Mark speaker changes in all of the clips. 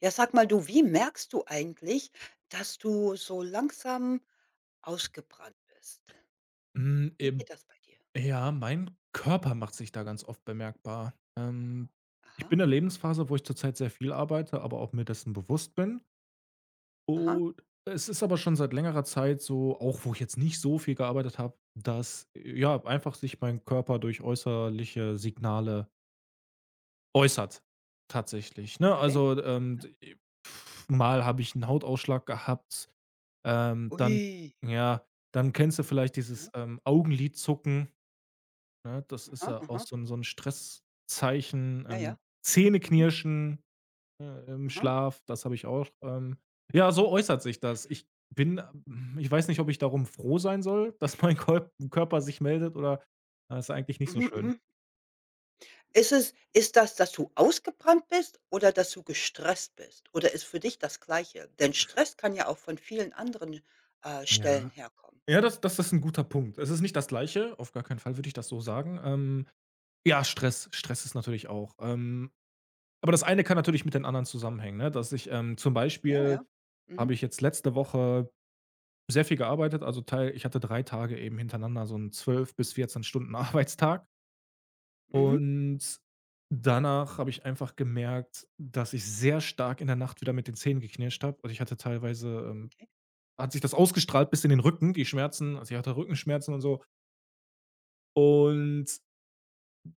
Speaker 1: Ja, sag mal du, wie merkst du eigentlich, dass du so langsam ausgebrannt bist?
Speaker 2: Hm,
Speaker 1: Wie
Speaker 2: eben
Speaker 1: geht das bei dir?
Speaker 2: Ja, mein Körper macht sich da ganz oft bemerkbar. Ich bin in
Speaker 1: Aha,
Speaker 2: der Lebensphase, wo ich zurzeit sehr viel arbeite, aber auch mir dessen bewusst bin.
Speaker 1: aha,
Speaker 2: Und es ist aber schon seit längerer Zeit so, auch wo ich jetzt nicht so viel gearbeitet habe, dass, ja, einfach sich mein Körper durch äußerliche Signale äußert, tatsächlich, ne?
Speaker 1: okay.
Speaker 2: Also, mal habe ich einen Hautausschlag gehabt, dann
Speaker 1: Ui.
Speaker 2: ja, dann kennst du vielleicht
Speaker 1: Ja,
Speaker 2: dieses, Augenlidzucken. Ne, das ist
Speaker 1: aha,
Speaker 2: ja auch
Speaker 1: aha.
Speaker 2: so 'n Stresszeichen,
Speaker 1: Ja, ja. Mhm,
Speaker 2: Zähneknirschen, im
Speaker 1: aha.
Speaker 2: Schlaf, das habe ich auch. Ja, so äußert sich das. Ich weiß nicht, ob ich darum froh sein soll, dass mein Kol Körper sich meldet oder ah, ist eigentlich nicht so
Speaker 1: Mhm,
Speaker 2: schön.
Speaker 1: mhm. Ist das, dass du ausgebrannt bist oder dass du gestresst bist? Oder ist für dich das Gleiche? Denn Stress kann ja auch von vielen anderen, Stellen
Speaker 2: Ja.
Speaker 1: herkommen.
Speaker 2: Ja, das das ist 'n guter Punkt. Es ist nicht das Gleiche, auf gar keinen Fall würde ich das so sagen. Ja, Stress ist natürlich auch, aber das eine kann natürlich mit den anderen zusammenhängen, ne, zum
Speaker 1: Ja, ja.
Speaker 2: Beispiel
Speaker 1: Mhm,
Speaker 2: habe ich jetzt letzte Woche sehr viel gearbeitet, also Teil ich hatte 3 Tage eben hintereinander so einen 12 bis 14 Stunden Arbeitstag
Speaker 1: mhm,
Speaker 2: und danach habe ich einfach gemerkt, dass ich sehr stark in der Nacht wieder mit den Zähnen geknirscht habe. Also, ich hatte teilweise,
Speaker 1: okay.
Speaker 2: hat sich das ausgestrahlt bis in den Rücken, die Schmerzen. Also, ich hatte Rückenschmerzen und so und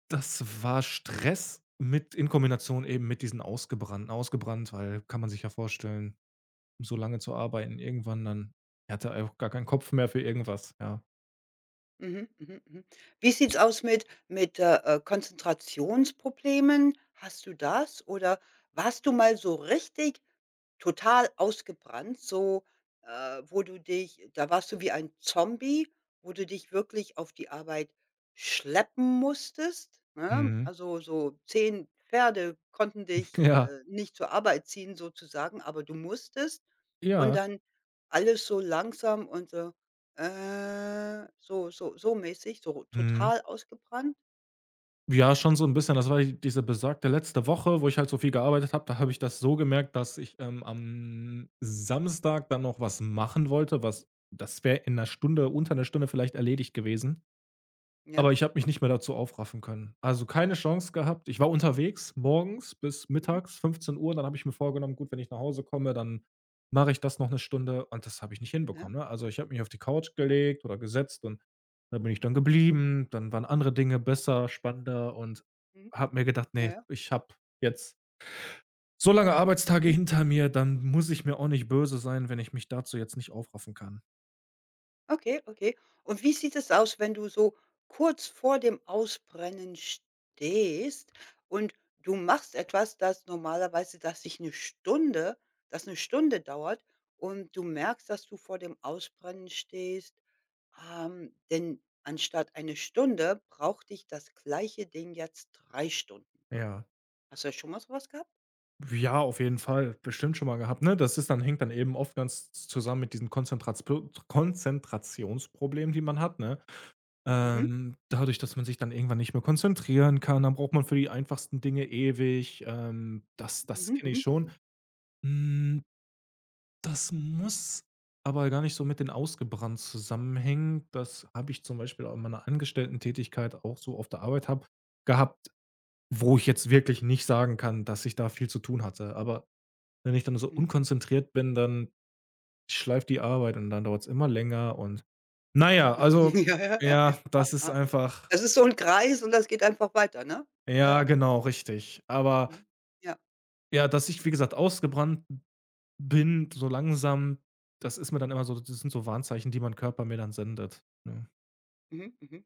Speaker 2: das war Stress mit in Kombination eben mit diesen Ausgebrannten. Ausgebrannt, weil kann man sich ja vorstellen, so lange zu arbeiten, irgendwann dann er hatte er auch gar keinen Kopf mehr für irgendwas, ja.
Speaker 1: Mhm, mhm, mhm. Wie sieht's aus mit mit Konzentrationsproblemen? Hast du das? Oder warst du mal so richtig total ausgebrannt, so, wo du dich da warst du wie ein Zombie, wo du dich wirklich auf die Arbeit schleppen musstest, ne?
Speaker 2: Mhm.
Speaker 1: Also, so 10 Pferde konnten dich,
Speaker 2: Ja.
Speaker 1: nicht zur Arbeit ziehen sozusagen, aber du musstest und
Speaker 2: Ja.
Speaker 1: dann alles so langsam und so so mäßig, so
Speaker 2: Mhm.
Speaker 1: total ausgebrannt.
Speaker 2: Ja, schon so 'n bisschen. Das war die diese besagte letzte Woche, wo ich halt so viel gearbeitet habe. Da habe ich das so gemerkt, dass ich, am Samstag dann noch was machen wollte, was das wäre in 'ner Stunde, unter 'ner Stunde vielleicht erledigt gewesen. Aber
Speaker 1: Ja,
Speaker 2: ich habe mich nicht mehr dazu aufraffen können. Also, keine Chance gehabt. Ich war unterwegs morgens bis
Speaker 1: mhm,
Speaker 2: mittags, 15 Uhr. Dann habe ich mir vorgenommen: „Gut, wenn ich nach Hause komme, dann mache ich das noch eine Stunde.“ Und das habe ich nicht
Speaker 1: ja,
Speaker 2: hinbekommen, ne? Also, ich habe mich auf die Couch
Speaker 1: aha,
Speaker 2: gelegt oder gesetzt und da bin ich dann geblieben. Dann waren andere Dinge besser, spannender und
Speaker 1: mhm,
Speaker 2: habe mir gedacht:
Speaker 1: ja,
Speaker 2: „Nee,
Speaker 1: ja,
Speaker 2: ich habe jetzt so lange Arbeitstage
Speaker 1: mhm.
Speaker 2: hinter mir, dann muss ich mir auch nicht böse sein, wenn ich mich dazu jetzt nicht aufraffen kann.“
Speaker 1: Okay, okay. Und wie sieht es aus, wenn du so kurz vor dem Ausbrennen stehst und du machst etwas, das normalerweise dass sich eine Stunde das eine Stunde dauert und du merkst, dass du vor dem Ausbrennen stehst, denn anstatt eine Stunde braucht dich das gleiche Ding jetzt 3 Stunden.
Speaker 2: Ja.
Speaker 1: Hast du schon mal so was gehabt?
Speaker 2: Ja, auf jeden Fall. Bestimmt schon mal gehabt, ne? Das ist dann hängt dann eben oft ganz zusammen mit diesen Konzentratz Konzentrationsproblemen, die man hat, ne?
Speaker 1: Mhm.
Speaker 2: Dadurch, dass man sich dann irgendwann nicht mehr konzentrieren kann, dann braucht man für die einfachsten Dinge ewig. Das
Speaker 1: Mhm,
Speaker 2: das kenne ich
Speaker 1: mhm,
Speaker 2: schon. Hm, Das muss aber gar nicht so mit den ausgebrannt zusammenhängen. Das habe ich zum Beispiel auch in meiner Angestellten-Tätigkeit auch so auf der Arbeit habe gehabt, wo ich jetzt wirklich nicht sagen kann, dass ich da viel zu tun hatte. Aber wenn ich dann so
Speaker 1: mhm.
Speaker 2: unkonzentriert bin, dann schleift die Arbeit und dann dauert's immer länger und naja, also
Speaker 1: Ja, ja, ja, ja.
Speaker 2: ja,
Speaker 1: Ah,
Speaker 2: das ist
Speaker 1: ah.
Speaker 2: einfach
Speaker 1: Das ist so ein Kreis und das geht einfach weiter, ne? Ja,
Speaker 2: ja,
Speaker 1: ja.
Speaker 2: genau, richtig. Aber
Speaker 1: Mhm. Ja.
Speaker 2: ja, dass ich, wie gesagt, ausgebrannt bin, so langsam, das ist mir dann immer so das sind so Warnzeichen, die mein Körper mir dann sendet, ne?
Speaker 1: Mhm, mhm.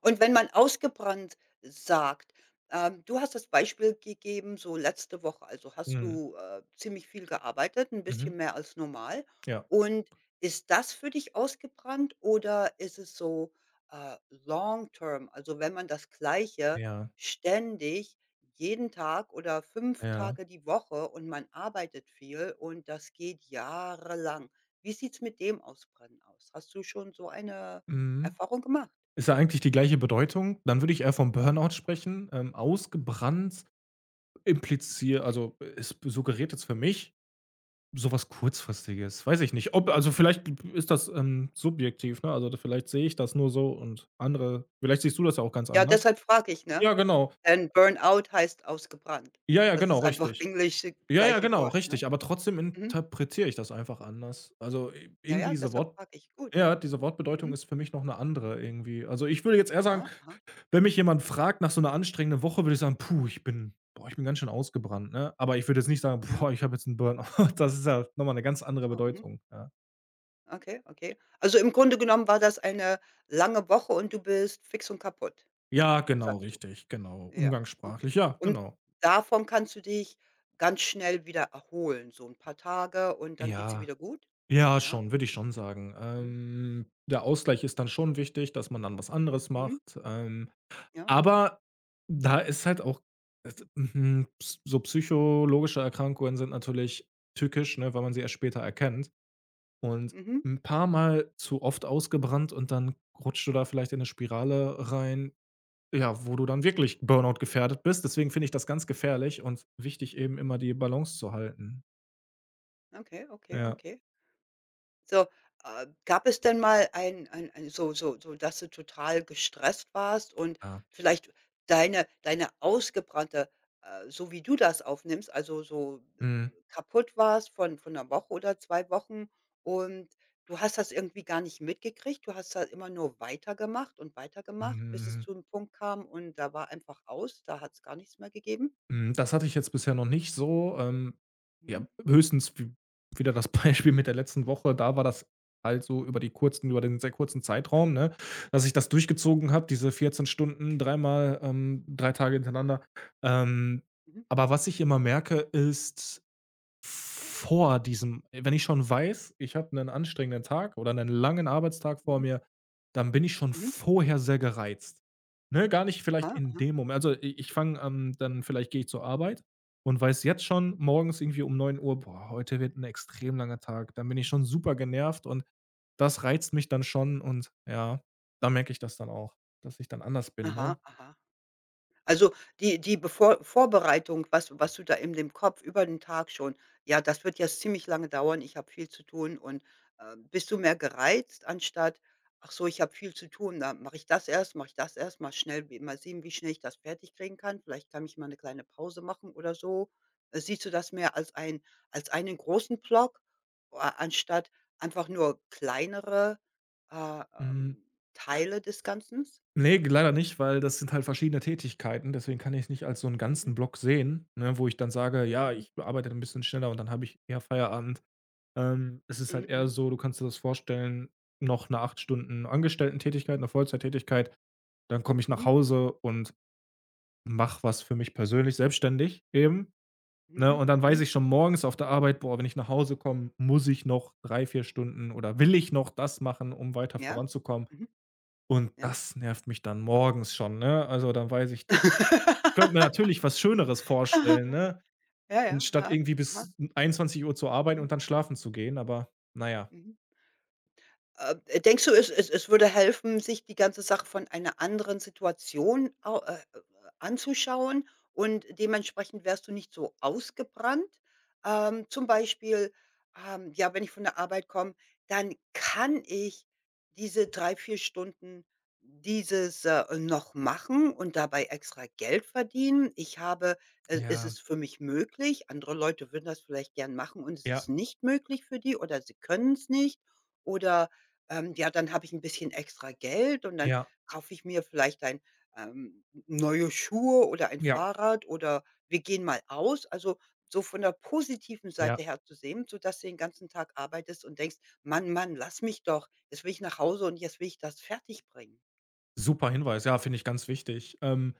Speaker 1: Und wenn man ausgebrannt sagt, du hast das Beispiel gegeben, so letzte Woche, also hast
Speaker 2: Mhm.
Speaker 1: du, ziemlich viel gearbeitet, ein
Speaker 2: Mhm.
Speaker 1: bisschen mehr als normal.
Speaker 2: Ja,
Speaker 1: Und ist das für dich ausgebrannt oder ist es so, long term? Also, wenn man das Gleiche
Speaker 2: ja,
Speaker 1: ständig jeden Tag oder fünf
Speaker 2: ja.
Speaker 1: Tage die Woche und man arbeitet viel und das geht jahrelang. Wie sieht's mit dem Ausbrennen aus? Hast du schon so eine
Speaker 2: Mhm.
Speaker 1: Erfahrung gemacht?
Speaker 2: Ist ja eigentlich die gleiche Bedeutung. Dann würde ich eher vom Burnout sprechen. Ausgebrannt implizier also, es suggeriert jetzt für mich sowas Kurzfristiges, weiß ich nicht. Ob also, vielleicht
Speaker 1: Mhm.
Speaker 2: ist das, subjektiv, ne? Also, da vielleicht sehe ich das nur so und andere vielleicht siehst du das ja auch ganz
Speaker 1: Ja,
Speaker 2: anders.
Speaker 1: deshalb frage ich, ne?
Speaker 2: Ja, genau.
Speaker 1: Denn Burnout heißt ausgebrannt.
Speaker 2: Ja, ja,
Speaker 1: Das
Speaker 2: genau,
Speaker 1: ist einfach
Speaker 2: richtig.
Speaker 1: Englisch,
Speaker 2: Ja, ja,
Speaker 1: gleiche
Speaker 2: genau,
Speaker 1: Wort, ne?
Speaker 2: richtig. Aber trotzdem
Speaker 1: Mhm.
Speaker 2: interpretiere ich das einfach anders. Also, i
Speaker 1: Ja,
Speaker 2: irgendwie
Speaker 1: ja,
Speaker 2: diese
Speaker 1: deshalb
Speaker 2: Wort
Speaker 1: frage ich. Gut.
Speaker 2: ja, diese Wortbedeutung
Speaker 1: Mhm.
Speaker 2: ist für mich noch eine andere irgendwie. Also, ich würde jetzt eher
Speaker 1: Aha,
Speaker 2: sagen,
Speaker 1: aha,
Speaker 2: wenn mich jemand fragt nach so einer anstrengenden Woche, würde ich sagen: „Puh, ich bin boah, ich bin ganz schön ausgebrannt“, ne? Aber ich würde jetzt nicht sagen:
Speaker 1: ja.
Speaker 2: „Boah, ich habe jetzt einen Burnout.“ Das ist ja nochmal eine ganz
Speaker 1: Ach
Speaker 2: andere
Speaker 1: so, mhm.
Speaker 2: Bedeutung, ja.
Speaker 1: Okay, okay. Also, im Grunde genommen war das eine lange Woche und du bist fix und kaputt,
Speaker 2: Ja, genau,
Speaker 1: sagst du?
Speaker 2: richtig, genau.
Speaker 1: Ja, okay.
Speaker 2: Umgangssprachlich, ja,
Speaker 1: Und
Speaker 2: genau.
Speaker 1: davon kannst du dich ganz schnell wieder erholen, so ein paar Tage und dann geht's dir
Speaker 2: Ja,
Speaker 1: wieder gut?
Speaker 2: ja,
Speaker 1: Ja.
Speaker 2: schon, würde ich schon sagen.
Speaker 1: Mhm,
Speaker 2: Der Ausgleich ist dann schon wichtig, dass man dann was anderes
Speaker 1: mhm,
Speaker 2: macht.
Speaker 1: ja,
Speaker 2: Aber da ist halt auch es mhm, s so psychologische Erkrankungen sind natürlich tückisch, ne, weil man sie erst später erkennt. Und
Speaker 1: mhm.
Speaker 2: ein paar Mal zu oft ausgebrannt und dann rutscht du da vielleicht in eine Spirale rein, ja, wo du dann wirklich Burnout gefährdet bist. Deswegen finde ich das ganz gefährlich und wichtig, eben immer die Balance zu halten.
Speaker 1: Okay, okay,
Speaker 2: Ja.
Speaker 1: okay. So, gab es denn mal ein so so so, dass du total gestresst warst und
Speaker 2: Ja.
Speaker 1: vielleicht deine ausgebrannte so wie du das aufnimmst, also so,
Speaker 2: Mhm.
Speaker 1: kaputt warst von einer Woche oder 2 Wochen und du hast das irgendwie gar nicht mitgekriegt. Du hast da immer nur weitergemacht und weitergemacht, bis es
Speaker 2: Mhm.
Speaker 1: zu einem Punkt kam und da war einfach aus, da hat es gar nichts mehr gegeben?
Speaker 2: Mhm. Das hatte ich jetzt bisher noch nicht so. Ja,
Speaker 1: Mhm,
Speaker 2: höchstens w wieder das Beispiel mit der letzten Woche. Da war das halt so über die kurzen über den sehr kurzen Zeitraum, ne, dass ich das durchgezogen habe, diese 14 Stunden, dreimal, 3 Tage hintereinander. Ähm,
Speaker 1: mhm,
Speaker 2: aber was ich immer merke, ist vor diesem wenn ich schon weiß, ich habe einen anstrengenden Tag oder einen langen Arbeitstag vor
Speaker 1: mhm,
Speaker 2: mir, dann bin ich schon
Speaker 1: mhm.
Speaker 2: vorher sehr gereizt. Ne, gar nicht vielleicht
Speaker 1: Aha,
Speaker 2: in
Speaker 1: aha,
Speaker 2: dem Moment also, dann vielleicht gehe ich zur Arbeit und weiß jetzt schon morgens irgendwie um 9 Uhr: „Boah, heute wird ein extrem langer Tag.“ Dann bin ich schon super genervt und das reizt mich dann schon und ja, da merke ich das dann auch, dass ich dann anders bin,
Speaker 1: aha,
Speaker 2: ne?
Speaker 1: aha. Also, die bevor Vorbereitung, was was du da in dem Kopf über den Tag schon ja, das wird jetzt ziemlich lange dauern, ich habe viel zu tun und, bist du mehr gereizt anstatt: „Ach so, ich habe viel zu tun, dann mache ich das erst, mache ich das erst, mal schnell wie mal sehen, wie schnell ich das fertig kriegen kann. Vielleicht kann ich mal eine kleine Pause machen oder so.“ Siehst du das mehr als einen großen Block, a anstatt einfach nur kleinere, äh,
Speaker 2: Mhm.
Speaker 1: ähm, Teile des Ganzen?
Speaker 2: Ne, leider nicht, weil das sind halt verschiedene Tätigkeiten, deswegen kann ich es nicht als so 'n ganzen
Speaker 1: Mhm,
Speaker 2: Block sehen, ne, wo ich dann sage: „Ja,
Speaker 1: mhm,
Speaker 2: ich arbeite dann 'n bisschen schneller und dann habe ich eher Feierabend.“ Es ist halt
Speaker 1: mhm,
Speaker 2: eher
Speaker 1: mhm,
Speaker 2: so, du kannst dir das vorstellen, noch 'ne 8 Stunden Angestelltentätigkeit, 'ne Vollzeittätigkeit, dann komme ich nach
Speaker 1: mhm.
Speaker 2: Hause und mache was für mich persönlich selbstständig eben, ne?
Speaker 1: Mhm,
Speaker 2: Und dann weiß
Speaker 1: mhm.
Speaker 2: ich schon morgens auf der Arbeit: „Boah, wenn ich nach Hause komme, muss ich noch 3 4 Stunden oder will ich noch das machen, um weiter
Speaker 1: Ja.
Speaker 2: voranzukommen.“
Speaker 1: Mhm.
Speaker 2: Und
Speaker 1: Ja.
Speaker 2: das nervt mich dann morgens schon, ne? Also, dann weiß ich, d könnte mir natürlich was Schöneres vorstellen, ne?
Speaker 1: Ja, ja.
Speaker 2: Anstatt
Speaker 1: Aha.
Speaker 2: irgendwie
Speaker 1: Aha.
Speaker 2: bis n Uhr zu arbeiten
Speaker 1: Mhm.
Speaker 2: und dann schlafen zu gehen, aber na ja.
Speaker 1: Mhm. Äh, Denkst du, es würde helfen, sich die ganze Sache von einer anderen Situation au anzuschauen und dementsprechend wärst du nicht so ausgebrannt? Zum Beispiel, ja, wenn ich von der Arbeit komme, dann kann ich diese 3 4 Stunden dieses, noch machen und dabei extra Geld verdienen. Ich habe es
Speaker 2: Ja.
Speaker 1: ist für mich möglich. Andere Leute würden das vielleicht gern machen und es
Speaker 2: Ja,
Speaker 1: ist nicht möglich für die oder sie können es nicht oder ja, dann habe ich ein bisschen extra Geld und dann
Speaker 2: ja,
Speaker 1: kaufe ich mir vielleicht ein, neue Schuhe oder ein
Speaker 2: ja,
Speaker 1: Fahrrad oder wir gehen mal aus. Also, so von der positiven Seite
Speaker 2: ja.
Speaker 1: her zu sehen, sodass du den ganzen Tag arbeitest und denkst: „Mann, Mann, lass mich doch. Jetzt will ich nach Hause und jetzt will ich das fertigbringen.“
Speaker 2: Super Hinweis, ja, finde ich ganz wichtig.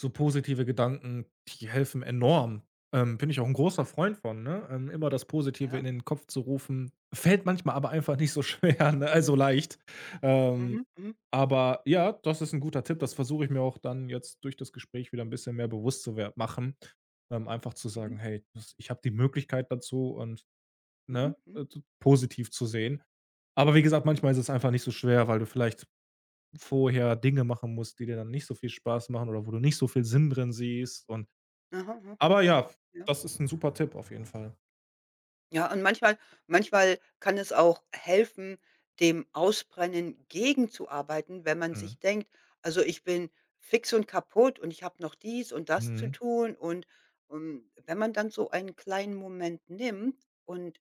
Speaker 2: So positive Gedanken, die helfen enorm. Bin ich auch ein großer Freund von, ne? Immer das Positive in
Speaker 1: Ja?
Speaker 2: den Kopf zu rufen. Fällt manchmal aber einfach nicht so schwer, ne? So leicht. Ähm,
Speaker 1: Mhm, mhm,
Speaker 2: aber ja, das ist ein guter Tipp. Das versuche ich mir auch dann jetzt durch das Gespräch wieder ein bisschen mehr bewusst zu wer machen. Einfach zu
Speaker 1: mhm,
Speaker 2: sagen: „Hey, das ich habe die Möglichkeit dazu“ und, ne,
Speaker 1: mhm, mhm.
Speaker 2: d positiv zu sehen. Aber wie gesagt, manchmal ist es einfach nicht so schwer, weil du vielleicht vorher Dinge machen musst, die dir dann nicht so viel Spaß machen oder wo du nicht so viel Sinn drin siehst und
Speaker 1: Aha, aha,
Speaker 2: aber ja,
Speaker 1: ja.
Speaker 2: das ist 'n super Tipp auf jeden Fall.
Speaker 1: Ja, und manchmal manchmal kann es auch helfen, dem Ausbrennen gegenzuarbeiten, wenn man
Speaker 2: Mhm.
Speaker 1: sich denkt: „Also, ich bin fix und kaputt und ich habe noch dies und das zu
Speaker 2: Mhm.
Speaker 1: tun.“ Und, wenn man dann so einen kleinen Moment nimmt und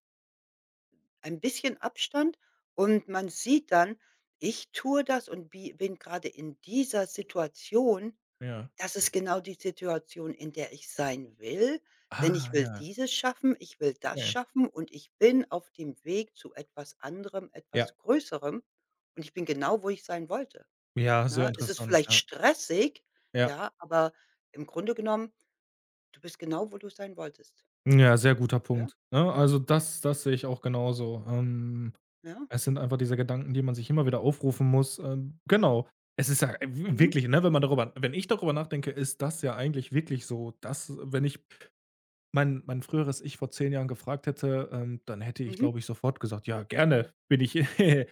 Speaker 1: ein bisschen Abstand und man sieht dann: „Ich tue das und bi bin gerade in dieser Situation“
Speaker 2: Ja.
Speaker 1: das ist genau die Situation, in der ich sein will, denn ich
Speaker 2: Ah,
Speaker 1: will
Speaker 2: ja,
Speaker 1: dieses schaffen, ich will das
Speaker 2: okay.
Speaker 1: schaffen und ich bin auf dem Weg zu etwas anderem,
Speaker 2: Ja.
Speaker 1: etwas Größerem und ich bin genau, wo ich sein wollte,
Speaker 2: Ja, sehr
Speaker 1: ne? Es ist
Speaker 2: interessant,
Speaker 1: vielleicht
Speaker 2: ja.
Speaker 1: stressig,
Speaker 2: Ja.
Speaker 1: ja, aber im Grunde genommen, du bist genau, wo du sein wolltest,
Speaker 2: Ja, sehr guter
Speaker 1: oder?
Speaker 2: Punkt, ne? Also, das das sehe ich auch genauso.
Speaker 1: Ja,
Speaker 2: Es sind einfach diese Gedanken, die man sich immer wieder aufrufen muss. Genau. Es ist ja w
Speaker 1: mhm,
Speaker 2: wirklich, ne, wenn man darüber wenn ich darüber nachdenke, ist das ja eigentlich wirklich so, dass wenn ich mein mein früheres Ich vor 10 Jahren gefragt hätte, dann hätte ich,
Speaker 1: mhm,
Speaker 2: glaube ich, sofort gesagt: „Ja, gerne bin ich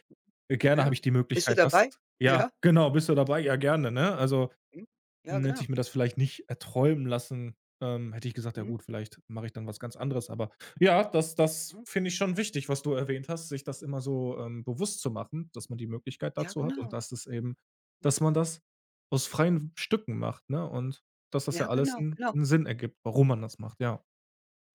Speaker 2: gerne habe
Speaker 1: ja.
Speaker 2: ich die
Speaker 1: Bist du
Speaker 2: Möglichkeit, das“
Speaker 1: dabei?
Speaker 2: ja,
Speaker 1: Ja,
Speaker 2: genau: „Bist du dabei? Ja, gerne“, ne?
Speaker 1: super.
Speaker 2: Also,
Speaker 1: Mhm. Ja,
Speaker 2: hm, hätte ich
Speaker 1: genau.
Speaker 2: mir das vielleicht nicht erträumen lassen, hätte ich gesagt: „Ja
Speaker 1: Mhm,
Speaker 2: gut, vielleicht mache ich dann was ganz anderes.“ Aber ja, das das
Speaker 1: mhm.
Speaker 2: finde ich schon wichtig, was du erwähnt hast, sich das immer so, bewusst zu machen, dass man die Möglichkeit
Speaker 1: Ja,
Speaker 2: dazu hat und
Speaker 1: genau.
Speaker 2: dass es eben
Speaker 1: Mhm.
Speaker 2: dass man das aus freien Stücken macht, ne? Und dass das ja
Speaker 1: Ja,
Speaker 2: alles
Speaker 1: genau,
Speaker 2: einen
Speaker 1: genau.
Speaker 2: 'n Sinn ergibt, warum man das macht, ja.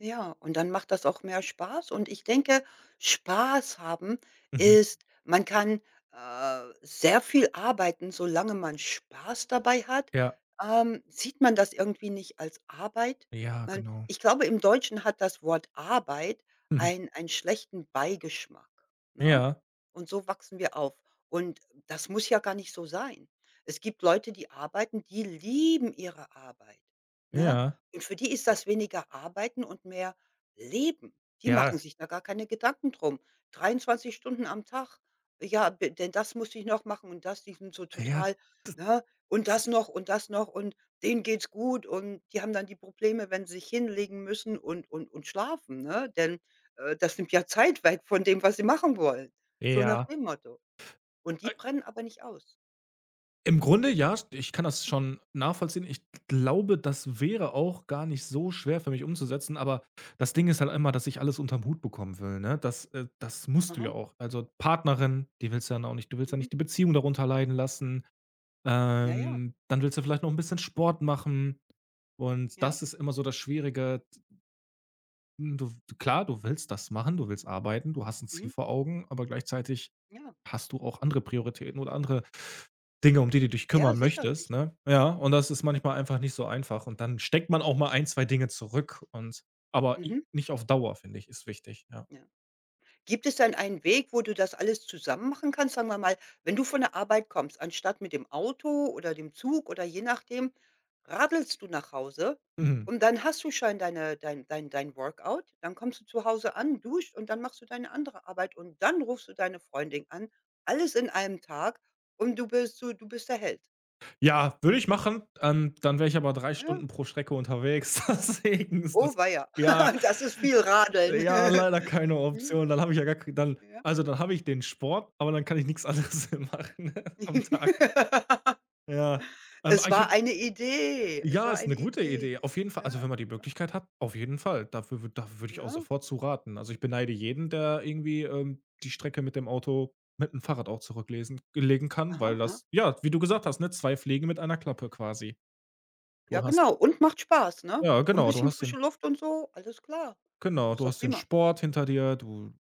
Speaker 1: Ja, und dann macht das auch mehr Spaß und ich denke, Spaß haben
Speaker 2: Mhm.
Speaker 1: ist man kann, sehr viel arbeiten, solange man Spaß dabei hat,
Speaker 2: Ja,
Speaker 1: sieht man das irgendwie nicht als Arbeit.
Speaker 2: ja,
Speaker 1: Man
Speaker 2: genau.
Speaker 1: ich glaube, im Deutschen hat das Wort Arbeit
Speaker 2: Mhm.
Speaker 1: einen schlechten Beigeschmack, ne?
Speaker 2: Ja,
Speaker 1: Und so wachsen wir auf. Und das muss ja gar nicht so sein. Es gibt Leute, die arbeiten, die lieben ihre Arbeit, ne?
Speaker 2: ja,
Speaker 1: Und für die ist das weniger Arbeiten und mehr Leben. Die
Speaker 2: ja,
Speaker 1: machen sich da gar keine Gedanken drum. 23 Stunden am Tag. Ja, b denn das muss ich noch machen und das, die sind so
Speaker 2: ja,
Speaker 1: total, ne, und das noch und das noch und denen geht's gut und die haben dann die Probleme, wenn sie sich hinlegen müssen und schlafen, ne? Denn, das nimmt ja Zeit weg von dem, was sie machen wollen. So nach
Speaker 2: ja.
Speaker 1: dem Motto. Und die
Speaker 2: Äh,
Speaker 1: brennen aber nicht aus.
Speaker 2: Im Grunde ja, st ich kann das schon nachvollziehen. Ich glaube, das wäre auch gar nicht so schwer für mich umzusetzen, aber das Ding ist halt immer, dass ich alles unterm Hut bekommen will, ne? Das das musst du ja
Speaker 1: Aha,
Speaker 2: auch. Also, Partnerin, die willst du dann auch nicht du willst ja
Speaker 1: mhm.
Speaker 2: nicht die Beziehung darunter leiden lassen.
Speaker 1: Ja, ja,
Speaker 2: Dann willst du vielleicht noch ein bisschen Sport machen und
Speaker 1: ja,
Speaker 2: das ist immer so das Schwierige. Klar, du willst das machen, du willst arbeiten, du hast ein Ziel
Speaker 1: mhm,
Speaker 2: vor Augen, aber gleichzeitig
Speaker 1: ja.
Speaker 2: hast du auch andere Prioritäten oder andere Dinge, um die du dich
Speaker 1: Ja,
Speaker 2: kümmern
Speaker 1: sicher,
Speaker 2: möchtest,
Speaker 1: sicher.
Speaker 2: ne? Ja, und das ist manchmal einfach nicht so einfach und dann steckt man auch mal ein, 2 Dinge zurück und aber i
Speaker 1: Mhm.
Speaker 2: nicht auf Dauer, finde ich, ist wichtig, ja.
Speaker 1: Ja. Gibt es dann einen Weg, wo du das alles zusammen machen kannst? Sagen wir mal, wenn du von der Arbeit kommst, anstatt mit dem Auto oder dem Zug oder je nachdem, radelst du nach Hause
Speaker 2: Mhm.
Speaker 1: und dann hast du schon deine dein Workout. Dann kommst du zu Hause an, duscht und dann machst du deine andere Arbeit und dann rufst du deine Freundin an. Alles in einem Tag und du bist du bist der Held.
Speaker 2: Ja, würde ich machen, dann wäre ich aber drei
Speaker 1: Ja.
Speaker 2: Stunden pro Strecke unterwegs, deswegen ist
Speaker 1: Oh
Speaker 2: das
Speaker 1: weia,
Speaker 2: ja.
Speaker 1: das ist viel Radeln.
Speaker 2: Ja, leider keine
Speaker 1: Mhm.
Speaker 2: Option. Dann habe ich ja gar k dann
Speaker 1: Ja.
Speaker 2: also, dann habe ich den Sport, aber dann kann ich nichts anderes machen am Tag. Ja. Ah,
Speaker 1: Es
Speaker 2: ich
Speaker 1: war
Speaker 2: habe
Speaker 1: eine Idee. Es
Speaker 2: Ja,
Speaker 1: war
Speaker 2: ist eine
Speaker 1: eine
Speaker 2: gute Idee.
Speaker 1: Idee,
Speaker 2: Auf jeden Fall. Also, wenn
Speaker 1: ne?
Speaker 2: man die
Speaker 1: Ja,
Speaker 2: Möglichkeit hat, auf jeden Fall. Dafür wür dafür würde ich auch
Speaker 1: ne?
Speaker 2: sofort zu raten. Also, ich beneide jeden, der irgendwie, die Strecke mit dem Auto mit 'm Fahrrad auch zurücklesen legen kann,
Speaker 1: Aha,
Speaker 2: weil
Speaker 1: aha.
Speaker 2: das ja, wie du gesagt hast, ne, 2 Fliegen mit einer Klappe quasi.
Speaker 1: Ja,
Speaker 2: Du hast
Speaker 1: genau. Und macht Spaß, ne?
Speaker 2: Ja,
Speaker 1: Und ein
Speaker 2: genau, du
Speaker 1: bisschen
Speaker 2: hast den
Speaker 1: frische Luft und so, alles klar.
Speaker 2: genau,
Speaker 1: Das
Speaker 2: du
Speaker 1: ist doch
Speaker 2: hast den
Speaker 1: prima.
Speaker 2: Sport hinter dir, du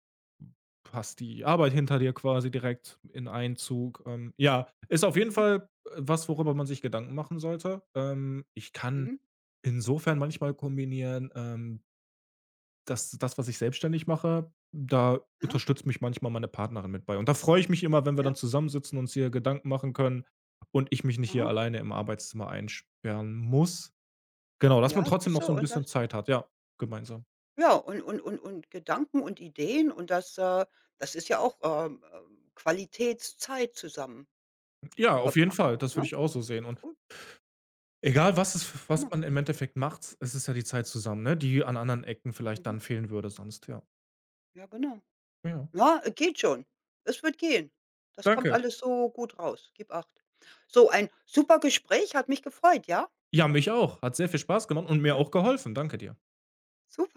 Speaker 2: hast die Arbeit hinter dir quasi direkt in einen Zug. Ja, ist auf jeden
Speaker 1: Mhm,
Speaker 2: Fall, was, worüber man sich Gedanken machen sollte. Ich kann
Speaker 1: mhm.
Speaker 2: insofern manchmal kombinieren, dass das, was ich selbstständig mache, da
Speaker 1: Aha,
Speaker 2: unterstützt mich manchmal meine Partnerin mit bei. Und da freue ich mich immer, wenn wir dann
Speaker 1: ja,
Speaker 2: zusammensitzen und uns hier Gedanken machen können und ich mich nicht hier
Speaker 1: aha.
Speaker 2: alleine im Arbeitszimmer einsperren muss. Genau, dass man
Speaker 1: Ja,
Speaker 2: trotzdem
Speaker 1: siehst
Speaker 2: noch so
Speaker 1: du
Speaker 2: ein
Speaker 1: und das
Speaker 2: bisschen Zeit hat, ja, gemeinsam.
Speaker 1: ja, und Gedanken und Ideen und das, das ist ja auch, Qualitätszeit zusammen
Speaker 2: Ja, auf jeden
Speaker 1: verbracht,
Speaker 2: Fall, das würde
Speaker 1: ne?
Speaker 2: ich auch so sehen und
Speaker 1: Gut,
Speaker 2: egal, was es was
Speaker 1: prima.
Speaker 2: man im Endeffekt macht, es ist ja die Zeit zusammen, ne, die an anderen Ecken vielleicht
Speaker 1: Mhm.
Speaker 2: dann fehlen würde sonst, ja.
Speaker 1: Ja, genau.
Speaker 2: Ja.
Speaker 1: Ja, geht schon. Es wird gehen. Das kommt
Speaker 2: Danke.
Speaker 1: alles so gut raus. Gib Acht. So, ein super Gespräch, hat mich gefreut, ja?
Speaker 2: Ja, mich auch. Hat sehr viel Spaß gemacht und mir
Speaker 1: Ja,
Speaker 2: auch geholfen. Danke dir.
Speaker 1: super.